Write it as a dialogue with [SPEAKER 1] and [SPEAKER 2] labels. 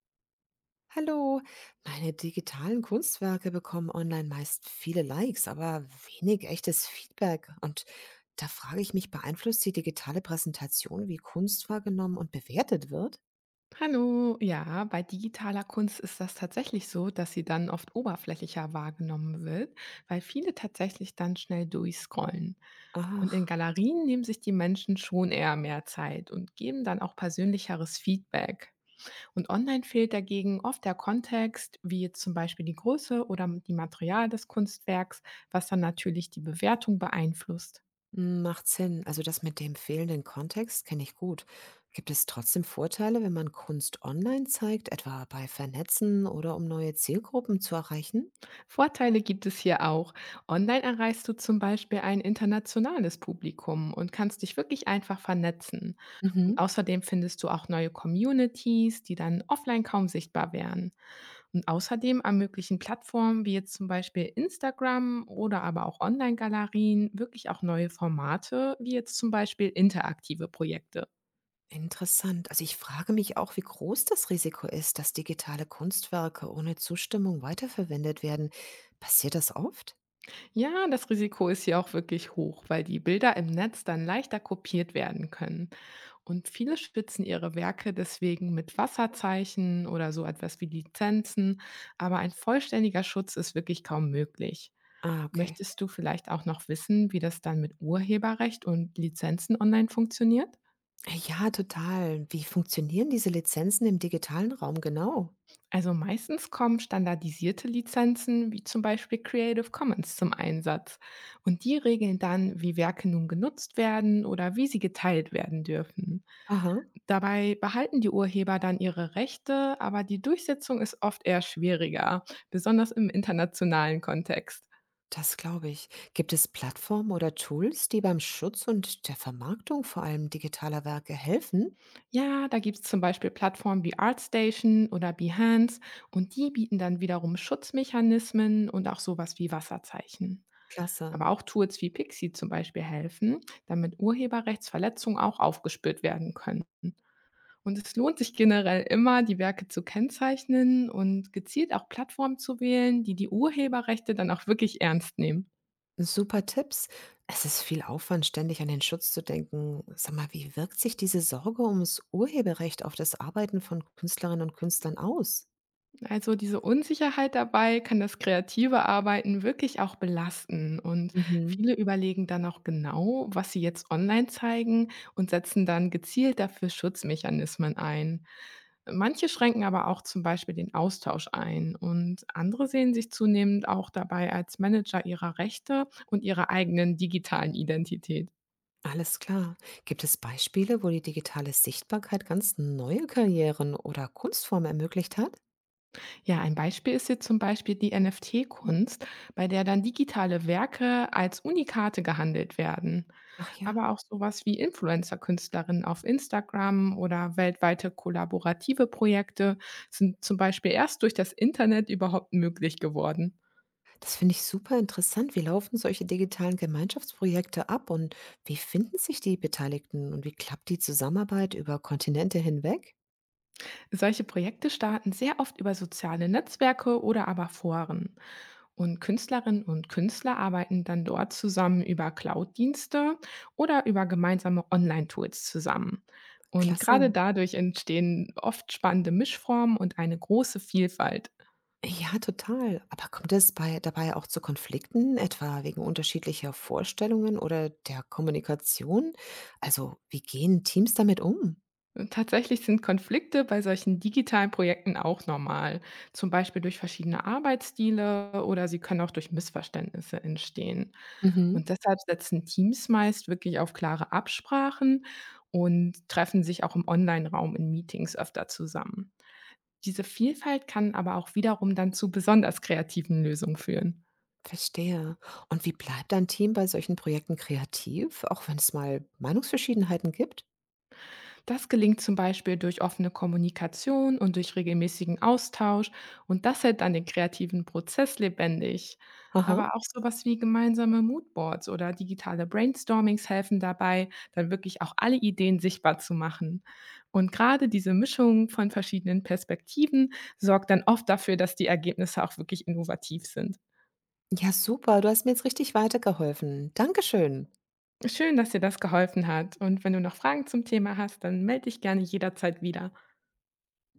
[SPEAKER 1] Hallo, meine digitalen Kunstwerke bekommen online meist viele Likes, aber wenig echtes Feedback. Und da frage ich mich, beeinflusst die digitale Präsentation, wie Kunst wahrgenommen und bewertet wird?
[SPEAKER 2] Hallo, ja, bei digitaler Kunst ist das tatsächlich so, dass sie dann oft oberflächlicher wahrgenommen wird, weil viele tatsächlich dann schnell durchscrollen. Und in
[SPEAKER 1] Ach,
[SPEAKER 2] Galerien nehmen sich die Menschen schon eher mehr Zeit und geben dann auch persönlicheres Feedback. Und online fehlt dagegen oft der Kontext, wie jetzt zum Beispiel die Größe oder die Material des Kunstwerks, was dann natürlich die Bewertung beeinflusst.
[SPEAKER 1] hm, macht Sinn. Also das mit dem fehlenden Kontext kenne ich gut. Gibt es trotzdem Vorteile, wenn man Kunst online zeigt, etwa bei Vernetzen oder um neue Zielgruppen zu erreichen?
[SPEAKER 2] Vorteile gibt es hier auch. Online erreichst du zum Beispiel ein internationales Publikum und kannst dich wirklich einfach vernetzen. Und
[SPEAKER 1] Mhm.
[SPEAKER 2] außerdem findest du auch neue Communities, die dann offline kaum sichtbar wären. Und außerdem ermöglichen Plattformen wie jetzt zum Beispiel Instagram oder aber auch Online-Galerien wirklich auch neue Formate, wie jetzt zum Beispiel interaktive Projekte.
[SPEAKER 1] Interessant. Also ich frage mich auch, wie groß das Risiko ist, dass digitale Kunstwerke ohne Zustimmung weiterverwendet werden. Passiert das oft?
[SPEAKER 2] Ja, das Risiko ist hier auch wirklich hoch, weil die Bilder im Netz dann leichter kopiert werden können. Und viele schützen ihre Werke deswegen mit Wasserzeichen oder so etwas wie Lizenzen, aber ein vollständiger Schutz ist wirklich kaum möglich.
[SPEAKER 1] Ah, okay.
[SPEAKER 2] Möchtest du vielleicht auch noch wissen, wie das dann mit Urheberrecht und Lizenzen online funktioniert?
[SPEAKER 1] Ja, total. Wie funktionieren diese Lizenzen im digitalen Raum genau?
[SPEAKER 2] Also meistens kommen standardisierte Lizenzen wie zum Beispiel Creative Commons zum Einsatz und die regeln dann, wie Werke nun genutzt werden oder wie sie geteilt werden dürfen.
[SPEAKER 1] Aha,
[SPEAKER 2] Dabei behalten die Urheber dann ihre Rechte, aber die Durchsetzung ist oft eher schwieriger, besonders im internationalen Kontext.
[SPEAKER 1] das glaube ich. Gibt es Plattformen oder Tools, die beim Schutz und der Vermarktung vor allem digitaler Werke helfen?
[SPEAKER 2] Ja, da gibt es zum Beispiel Plattformen wie ArtStation oder Behance und die bieten dann wiederum Schutzmechanismen und auch sowas wie Wasserzeichen.
[SPEAKER 1] Klasse.
[SPEAKER 2] Aber auch Tools wie Pixie zum Beispiel helfen, damit Urheberrechtsverletzungen auch aufgespürt werden können. Und es lohnt sich generell immer, die Werke zu kennzeichnen und gezielt auch Plattformen zu wählen, die die Urheberrechte dann auch wirklich ernst nehmen.
[SPEAKER 1] Super Tipps. Es ist viel Aufwand, ständig an den Schutz zu denken. Sag mal, wie wirkt sich diese Sorge ums Urheberrecht auf das Arbeiten von Künstlerinnen und Künstlern aus?
[SPEAKER 2] Also diese Unsicherheit dabei kann das kreative Arbeiten wirklich auch belasten. Und
[SPEAKER 1] Mhm.
[SPEAKER 2] viele überlegen dann auch genau, was sie jetzt online zeigen, und setzen dann gezielt dafür Schutzmechanismen ein. Manche schränken aber auch zum Beispiel den Austausch ein und andere sehen sich zunehmend auch dabei als Manager ihrer Rechte und ihrer eigenen digitalen Identität.
[SPEAKER 1] Alles klar. Gibt es Beispiele, wo die digitale Sichtbarkeit ganz neue Karrieren oder Kunstformen ermöglicht hat?
[SPEAKER 2] Ja, ein Beispiel ist jetzt zum Beispiel die NFT-Kunst, bei der dann digitale Werke als Unikate gehandelt werden.
[SPEAKER 1] Ach ja,
[SPEAKER 2] Aber auch sowas wie Influencer-Künstlerinnen auf Instagram oder weltweite kollaborative Projekte sind zum Beispiel erst durch das Internet überhaupt möglich geworden.
[SPEAKER 1] das finde ich super interessant. Wie laufen solche digitalen Gemeinschaftsprojekte ab und wie finden sich die Beteiligten und wie klappt die Zusammenarbeit über Kontinente hinweg?
[SPEAKER 2] Solche Projekte starten sehr oft über soziale Netzwerke oder aber Foren. Und Künstlerinnen und Künstler arbeiten dann dort zusammen über Cloud-Dienste oder über gemeinsame Online-Tools zusammen. Und
[SPEAKER 1] Klasse.
[SPEAKER 2] gerade dadurch entstehen oft spannende Mischformen und eine große Vielfalt.
[SPEAKER 1] Ja, total. Aber kommt es bei dabei auch zu Konflikten, etwa wegen unterschiedlicher Vorstellungen oder der Kommunikation? Also, wie gehen Teams damit um?
[SPEAKER 2] Und tatsächlich sind Konflikte bei solchen digitalen Projekten auch normal, zum Beispiel durch verschiedene Arbeitsstile, oder sie können auch durch Missverständnisse entstehen. Und
[SPEAKER 1] Mhm.
[SPEAKER 2] deshalb setzen Teams meist wirklich auf klare Absprachen und treffen sich auch im Online-Raum in Meetings öfter zusammen. Diese Vielfalt kann aber auch wiederum dann zu besonders kreativen Lösungen führen.
[SPEAKER 1] Verstehe. Und wie bleibt ein Team bei solchen Projekten kreativ, auch wenn es mal Meinungsverschiedenheiten gibt?
[SPEAKER 2] Das gelingt zum Beispiel durch offene Kommunikation und durch regelmäßigen Austausch, und das hält dann den kreativen Prozess lebendig.
[SPEAKER 1] Aha.
[SPEAKER 2] Aber auch sowas wie gemeinsame Moodboards oder digitale Brainstormings helfen dabei, dann wirklich auch alle Ideen sichtbar zu machen. Und gerade diese Mischung von verschiedenen Perspektiven sorgt dann oft dafür, dass die Ergebnisse auch wirklich innovativ sind.
[SPEAKER 1] Ja, super. Du hast mir jetzt richtig weitergeholfen. Dankeschön.
[SPEAKER 2] Schön, dass dir das geholfen hat. Und wenn du noch Fragen zum Thema hast, dann melde dich gerne jederzeit wieder.